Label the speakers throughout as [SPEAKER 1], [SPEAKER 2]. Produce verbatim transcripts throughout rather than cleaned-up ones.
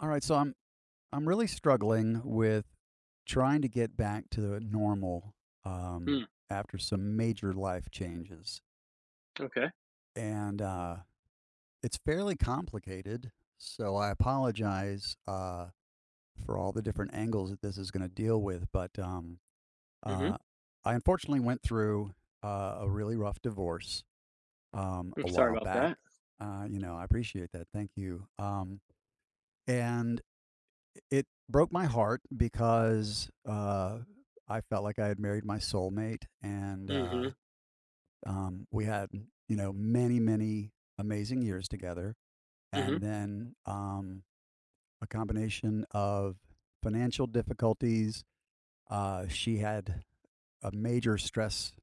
[SPEAKER 1] All right, so I'm I'm really struggling with trying to get back to the normal, um,
[SPEAKER 2] Mm,
[SPEAKER 1] after some major life changes,
[SPEAKER 2] okay.
[SPEAKER 1] and uh, it's fairly complicated. So I apologize uh, for all the different angles that this is going to deal with, but um,
[SPEAKER 2] Mhm.
[SPEAKER 1] uh, I unfortunately went through uh, a really rough divorce um,
[SPEAKER 2] I'm
[SPEAKER 1] a
[SPEAKER 2] sorry
[SPEAKER 1] while
[SPEAKER 2] about
[SPEAKER 1] back.
[SPEAKER 2] that.
[SPEAKER 1] Uh, you know, I appreciate that. Thank you. Um, and it broke my heart because, uh, I felt like I had married my soulmate, and, uh,
[SPEAKER 2] Mhm.
[SPEAKER 1] um, we had, you know, many, many amazing years together,
[SPEAKER 2] Mhm.
[SPEAKER 1] and then, um, a combination of financial difficulties. Uh, she had a major stress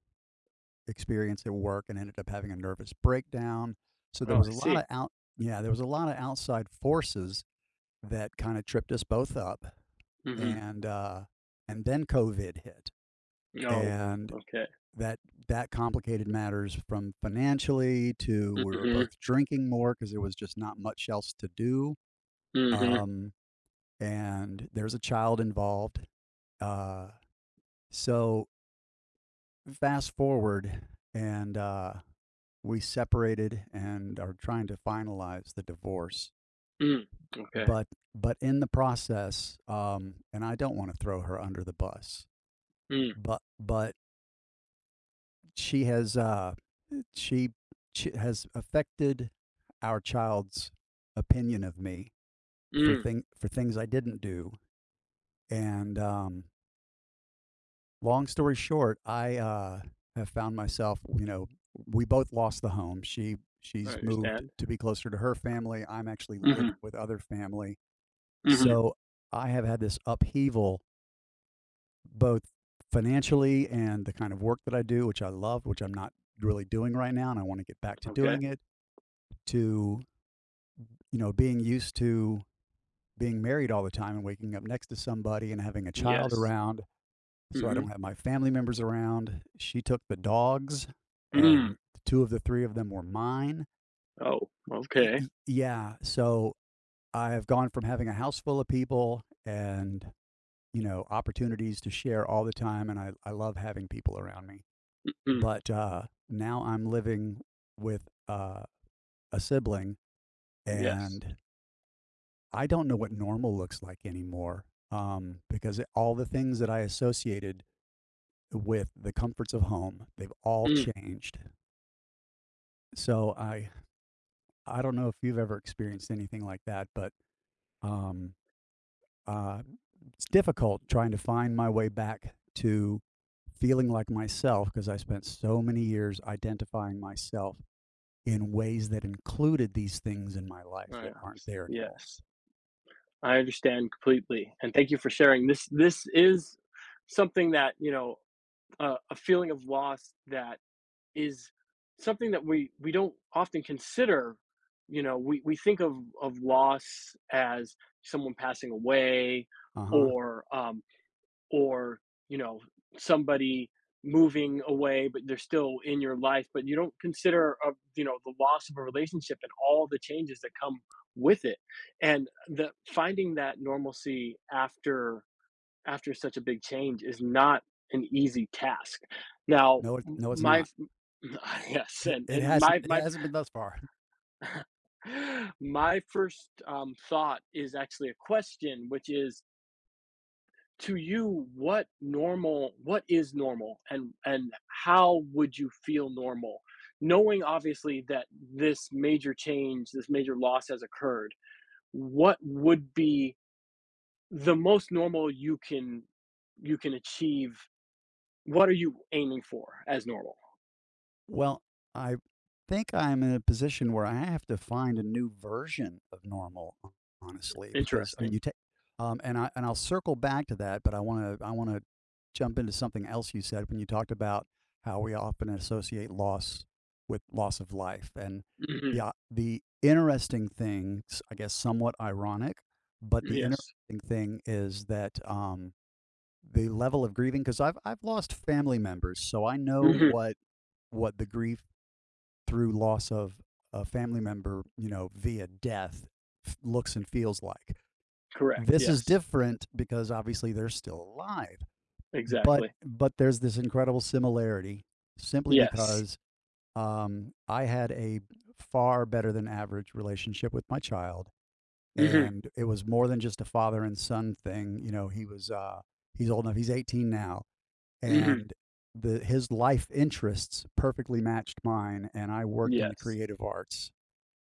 [SPEAKER 1] experience at work and ended up having a nervous breakdown, so there
[SPEAKER 2] Oh,
[SPEAKER 1] was
[SPEAKER 2] I
[SPEAKER 1] a lot
[SPEAKER 2] see.
[SPEAKER 1] of out yeah, there was a lot of outside forces that kind of tripped us both up.
[SPEAKER 2] Mhm.
[SPEAKER 1] And uh, and then COVID hit,
[SPEAKER 2] No.
[SPEAKER 1] and
[SPEAKER 2] Okay.
[SPEAKER 1] that that complicated matters from financially to we were
[SPEAKER 2] Mhm.
[SPEAKER 1] both drinking more because there was just not much else to do.
[SPEAKER 2] Mhm.
[SPEAKER 1] Um, and there's a child involved. Uh, so fast forward, and uh, we separated and are trying to finalize the divorce.
[SPEAKER 2] Mm. Okay.
[SPEAKER 1] But but in the process, um, and I don't want to throw her under the bus,
[SPEAKER 2] Mm.
[SPEAKER 1] but but she has uh she, she has affected our child's opinion of me for
[SPEAKER 2] Mm.
[SPEAKER 1] thing for things I didn't do. And um, long story short, I uh, have found myself, you know, we both lost the home. She
[SPEAKER 2] I
[SPEAKER 1] she's moved
[SPEAKER 2] understand.
[SPEAKER 1] to be closer to her family. I'm actually living
[SPEAKER 2] Mhm.
[SPEAKER 1] with other family.
[SPEAKER 2] Mhm.
[SPEAKER 1] So I have had this upheaval both financially and the kind of work that I do, which I love, which I'm not really doing right now, and I want to get back to
[SPEAKER 2] Okay.
[SPEAKER 1] doing it, to, you know, being used to being married all the time and waking up next to somebody and having a child
[SPEAKER 2] Yes.
[SPEAKER 1] around. So I
[SPEAKER 2] Mhm.
[SPEAKER 1] don't have my family members around. She took the dogs,
[SPEAKER 2] Mm.
[SPEAKER 1] and two of the three of them were mine.
[SPEAKER 2] Oh,
[SPEAKER 1] Y-
[SPEAKER 2] okay.
[SPEAKER 1] y- yeah. So I have gone from having a house full of people and, you know, opportunities to share all the time. And I, I love having people around me.
[SPEAKER 2] Mm.
[SPEAKER 1] But, uh, now I'm living with, uh, a sibling,
[SPEAKER 2] Yes.
[SPEAKER 1] and I don't know what normal looks like anymore, um, because it all the things that I associated with the comforts of home, they've all
[SPEAKER 2] Mm.
[SPEAKER 1] changed. So I I don't know if you've ever experienced anything like that, but, um, uh, it's difficult trying to find my way back to feeling like myself because I spent so many years identifying myself in ways that included these things in my life
[SPEAKER 2] Uh,
[SPEAKER 1] that aren't there anymore.
[SPEAKER 2] yes. I understand completely. And thank you for sharing. This this is something that, you know, uh, a feeling of loss that is something that we we don't often consider. you know we, we think of of loss as someone passing away,
[SPEAKER 1] Uh-huh.
[SPEAKER 2] or um or you know somebody moving away, but they're still in your life. But you don't consider uh, you know the loss of a relationship and all the changes that come with it, and the finding that normalcy after after such a big change is not an easy task now.
[SPEAKER 1] No, it
[SPEAKER 2] M-
[SPEAKER 1] no, it's
[SPEAKER 2] my
[SPEAKER 1] not.
[SPEAKER 2] Yes,
[SPEAKER 1] It
[SPEAKER 2] and
[SPEAKER 1] it
[SPEAKER 2] and
[SPEAKER 1] hasn't
[SPEAKER 2] my
[SPEAKER 1] it
[SPEAKER 2] my
[SPEAKER 1] hasn't been thus far.
[SPEAKER 2] my first, um, thought is actually a question, which is, to you, what normal what is normal, and and how would you feel normal? Knowing obviously that this major change, this major loss has occurred, what would be the most normal you can you can achieve? What are you aiming for as normal?
[SPEAKER 1] Well, I think I'm in a position where I have to find a new version of normal, ho honestly, because, I mean,
[SPEAKER 2] Interesting.
[SPEAKER 1] you take, um, and I and I'll circle back to that, but I wanna I wanna jump into something else you said when you talked about how we often associate loss with loss of life, and
[SPEAKER 2] Mhm,
[SPEAKER 1] the o the interesting thing, s I guess somewhat ironic, but the
[SPEAKER 2] yes.
[SPEAKER 1] interesting thing is that, um, the level of grieving, because i 'cause I've I've lost family members, so I know
[SPEAKER 2] Mhm,
[SPEAKER 1] what what the grief through loss of a family member, you know, via death f- looks and feels like.
[SPEAKER 2] correct,
[SPEAKER 1] This is
[SPEAKER 2] yes,
[SPEAKER 1] different because obviously they're still alive, but
[SPEAKER 2] exactly.
[SPEAKER 1] but there's this incredible similarity simply
[SPEAKER 2] Yes.
[SPEAKER 1] because um, I had a far better than average relationship with my child,
[SPEAKER 2] Mhm,
[SPEAKER 1] and it was more than just a father and son thing. You know, he was uh, he's old enough; he's eighteen now,
[SPEAKER 2] mhm,
[SPEAKER 1] and the his life interests perfectly matched mine, and I worked in the
[SPEAKER 2] yes.
[SPEAKER 1] creative arts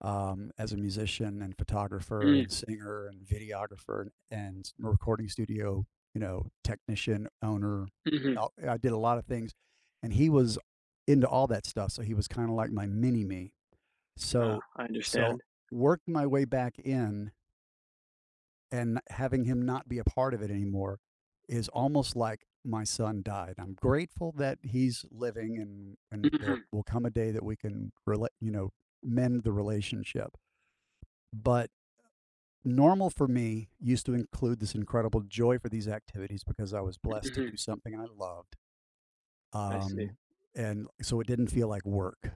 [SPEAKER 1] um, as a musician and photographer
[SPEAKER 2] Mm,
[SPEAKER 1] and singer and videographer and recording studio, you know, technician, owner.
[SPEAKER 2] mhm.
[SPEAKER 1] I I did a lot of things, and he was into all that stuff. So he was kind of like my mini me.
[SPEAKER 2] Ah,
[SPEAKER 1] So,
[SPEAKER 2] I
[SPEAKER 1] so
[SPEAKER 2] understand.
[SPEAKER 1] worked my way back in, and having him not be a part of it anymore is almost like my son died. I'm grateful that he's living, and and there
[SPEAKER 2] Mhm,
[SPEAKER 1] will come a day that we can relate, you know, mend the relationship. But normal for me used to include this incredible joy for these activities because I was blessed to do
[SPEAKER 2] mhm,
[SPEAKER 1] something I loved.
[SPEAKER 2] I see.
[SPEAKER 1] Um, and so it didn't feel like work,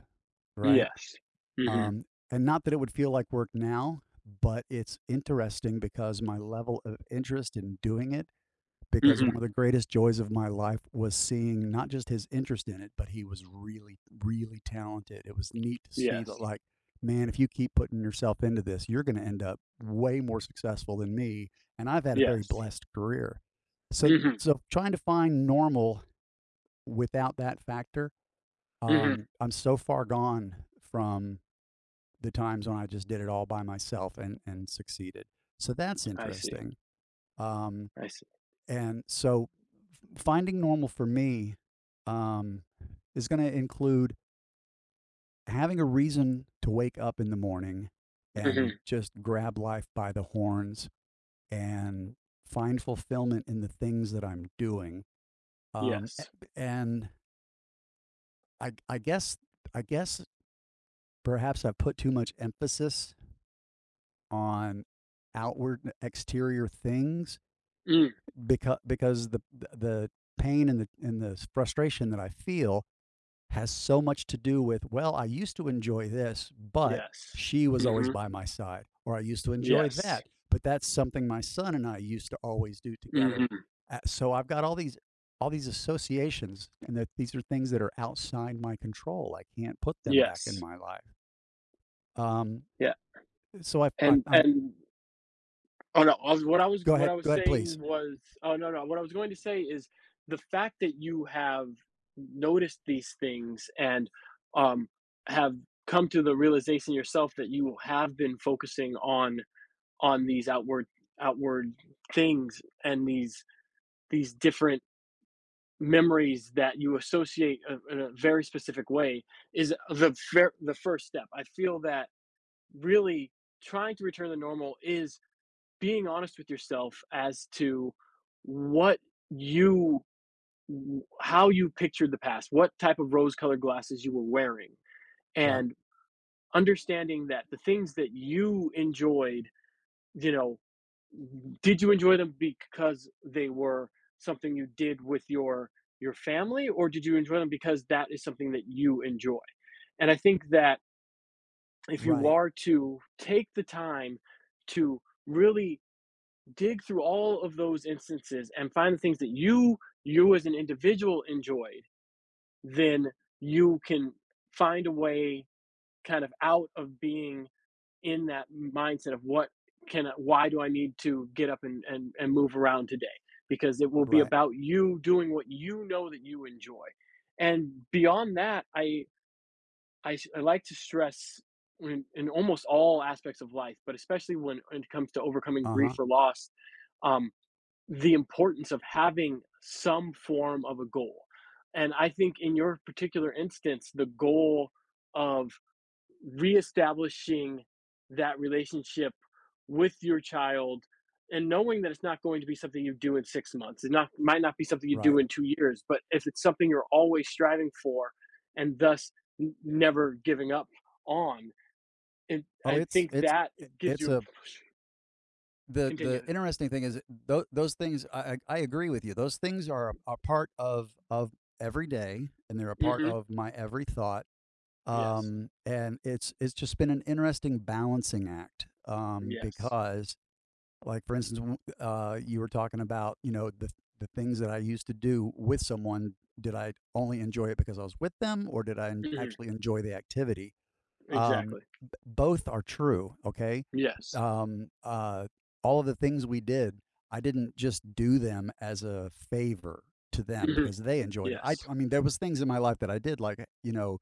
[SPEAKER 1] right?
[SPEAKER 2] Yes. Mhm,
[SPEAKER 1] Um, and not that it would feel like work now, but it's interesting because my level of interest in doing it because
[SPEAKER 2] mhm,
[SPEAKER 1] one of the greatest joys of my life was seeing not just his interest in it, but he was really, really talented. It was neat to see
[SPEAKER 2] yes,
[SPEAKER 1] that, like, man, if you keep putting yourself into this, you're going to end up way more successful than me. And I've had a very
[SPEAKER 2] yes.
[SPEAKER 1] blessed career. So,
[SPEAKER 2] Mhm,
[SPEAKER 1] so trying to find normal without that factor, um,
[SPEAKER 2] mhm,
[SPEAKER 1] I'm so far gone from the times when I just did it all by myself and and succeeded. So that's
[SPEAKER 2] I see,
[SPEAKER 1] interesting. Um,
[SPEAKER 2] I see.
[SPEAKER 1] and so finding normal for me um, is going to include having a reason to wake up in the morning and
[SPEAKER 2] Mhm,
[SPEAKER 1] just grab life by the horns and find fulfillment in the things that I'm doing. Um,
[SPEAKER 2] yes.
[SPEAKER 1] and I, I guess, I guess perhaps I've put too much emphasis on outward exterior things
[SPEAKER 2] Mm,
[SPEAKER 1] because because the the pain and the and the frustration that I feel has so much to do with, well, I used to enjoy this, but
[SPEAKER 2] yes.
[SPEAKER 1] she was always
[SPEAKER 2] Mhm,
[SPEAKER 1] by my side, or I used to enjoy
[SPEAKER 2] yes.
[SPEAKER 1] that, but that's something my son and I used to always do together.
[SPEAKER 2] Mhm,
[SPEAKER 1] Uh, so I've got all these all these associations, and that these are things that are outside my control. I can't put them back in
[SPEAKER 2] yes.
[SPEAKER 1] my life. Um,
[SPEAKER 2] Yeah,
[SPEAKER 1] so I, I,
[SPEAKER 2] and
[SPEAKER 1] I'm
[SPEAKER 2] and oh no, I was, what I was
[SPEAKER 1] go
[SPEAKER 2] what
[SPEAKER 1] ahead,
[SPEAKER 2] I
[SPEAKER 1] go
[SPEAKER 2] was
[SPEAKER 1] ahead, please.
[SPEAKER 2] saying was oh no, no, what I was going to say is, the fact that you have noticed these things and um, have come to the realization yourself that you have been focusing on on these outward outward things and these these different memories that you associate a- in a very specific way is the fir- the first step. I feel that really trying to return to normal is being honest with yourself as to what you how you pictured the past, what type of rose colored glasses you were wearing,
[SPEAKER 1] Right,
[SPEAKER 2] and understanding that the things that you enjoyed, you know, did you enjoy them because they were something you did with your your family, or did you enjoy them because that is something that you enjoy. And I think that if you
[SPEAKER 1] right,
[SPEAKER 2] are to take the time to really dig through all of those instances and find the things that you you as an individual enjoyed, then you can find a way kind of out of being in that mindset of what can why do I need to get up and and, and move around today, because it will be
[SPEAKER 1] right.
[SPEAKER 2] about you doing what you know that you enjoy. And beyond that, I I I like to stress in, in almost all aspects of life, but especially when, when it comes to overcoming
[SPEAKER 1] Uh
[SPEAKER 2] grief
[SPEAKER 1] huh.
[SPEAKER 2] or loss, um, the importance of having some form of a goal. And I think in your particular instance, the goal of reestablishing that relationship with your child, and knowing that it's not going to be something you do in six months, it not might not be something you
[SPEAKER 1] Right.
[SPEAKER 2] do in two years, but if it's something you're always striving for and thus n- never giving up on, and
[SPEAKER 1] Oh,
[SPEAKER 2] I
[SPEAKER 1] it's
[SPEAKER 2] think
[SPEAKER 1] it's
[SPEAKER 2] that gives
[SPEAKER 1] it's
[SPEAKER 2] you.
[SPEAKER 1] a the the
[SPEAKER 2] Continue.
[SPEAKER 1] interesting thing is tho- those things I, I I agree with you, those things are a, a part of of every day and they're a part
[SPEAKER 2] Hmm.
[SPEAKER 1] of my every thought.
[SPEAKER 2] Yes.
[SPEAKER 1] Um and it's it's just been an interesting balancing act, um
[SPEAKER 2] Yes.
[SPEAKER 1] because, like, for instance, w- uh you were talking about, you know, the the things that I used to do with someone, did I only enjoy it because I was with them or did I en-
[SPEAKER 2] Hmm.
[SPEAKER 1] actually enjoy the activity? um,
[SPEAKER 2] Exactly.
[SPEAKER 1] b both are true, okay?
[SPEAKER 2] Yes.
[SPEAKER 1] Um, uh, all of the things we did, I didn't just do them as a favor to them
[SPEAKER 2] Mhm.
[SPEAKER 1] because they enjoyed it. I
[SPEAKER 2] Yes.
[SPEAKER 1] I mean, there was things in my life that I did, like, you know,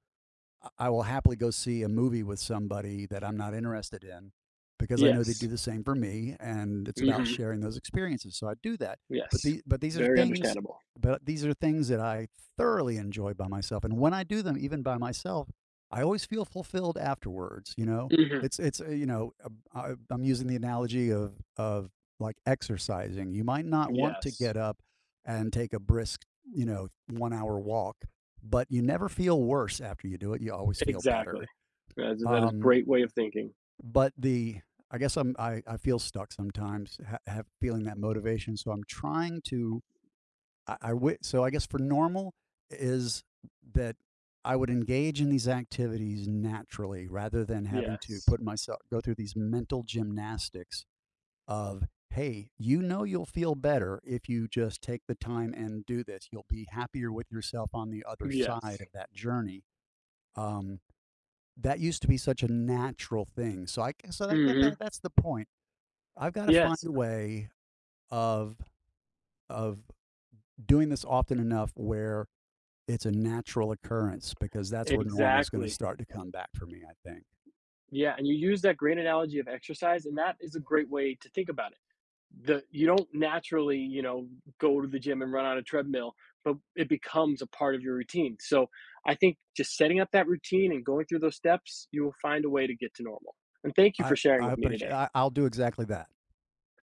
[SPEAKER 1] I- I will happily go see a movie with somebody that I'm not interested in because I know they do
[SPEAKER 2] Yes.
[SPEAKER 1] the same for me and it's about
[SPEAKER 2] Mhm.
[SPEAKER 1] sharing those experiences. So I do that. But
[SPEAKER 2] Yes.
[SPEAKER 1] the but these are
[SPEAKER 2] Very
[SPEAKER 1] things
[SPEAKER 2] understandable.
[SPEAKER 1] but these are things that I thoroughly enjoy by myself. And when I do them even by myself, I always feel fulfilled afterwards, you know?
[SPEAKER 2] Mhm.
[SPEAKER 1] It's it's uh, you know, uh, I, I'm using the analogy of of like exercising. You might not want to
[SPEAKER 2] Yes.
[SPEAKER 1] get up and take a brisk, you know, one hour walk, but you never feel worse after you do it. You always feel
[SPEAKER 2] Exactly.
[SPEAKER 1] better.
[SPEAKER 2] That is that is a
[SPEAKER 1] Um,
[SPEAKER 2] great way of thinking.
[SPEAKER 1] but the I guess I'm I, I feel stuck sometimes, ha- have feeling that motivation. So I'm trying to I, I w- so I guess for normal is that I would engage in these activities naturally rather than having to
[SPEAKER 2] Yes.
[SPEAKER 1] put myself go through these mental gymnastics of, hey, you know, you'll feel better if you just take the time and do this, you'll be happier with yourself on the other
[SPEAKER 2] Yes.
[SPEAKER 1] side of that journey. um, that used to be such a natural thing. So I so I get that
[SPEAKER 2] Mhm.
[SPEAKER 1] that's the point. I've got to find
[SPEAKER 2] Yes.
[SPEAKER 1] a way of of doing this often enough where it's a natural occurrence because that's where normal's going to
[SPEAKER 2] Exactly.
[SPEAKER 1] start to come back for me, I think.
[SPEAKER 2] Yeah, and you use that great analogy of exercise, and that is a great way to think about it. The you don't naturally you know go to the gym and run on a treadmill, but it becomes a part of your routine. So I think just setting up that routine and going through those steps, you will find a way to get to normal. And thank you for
[SPEAKER 1] I
[SPEAKER 2] sharing
[SPEAKER 1] I
[SPEAKER 2] with me
[SPEAKER 1] picture
[SPEAKER 2] today.
[SPEAKER 1] I, I'll do exactly that.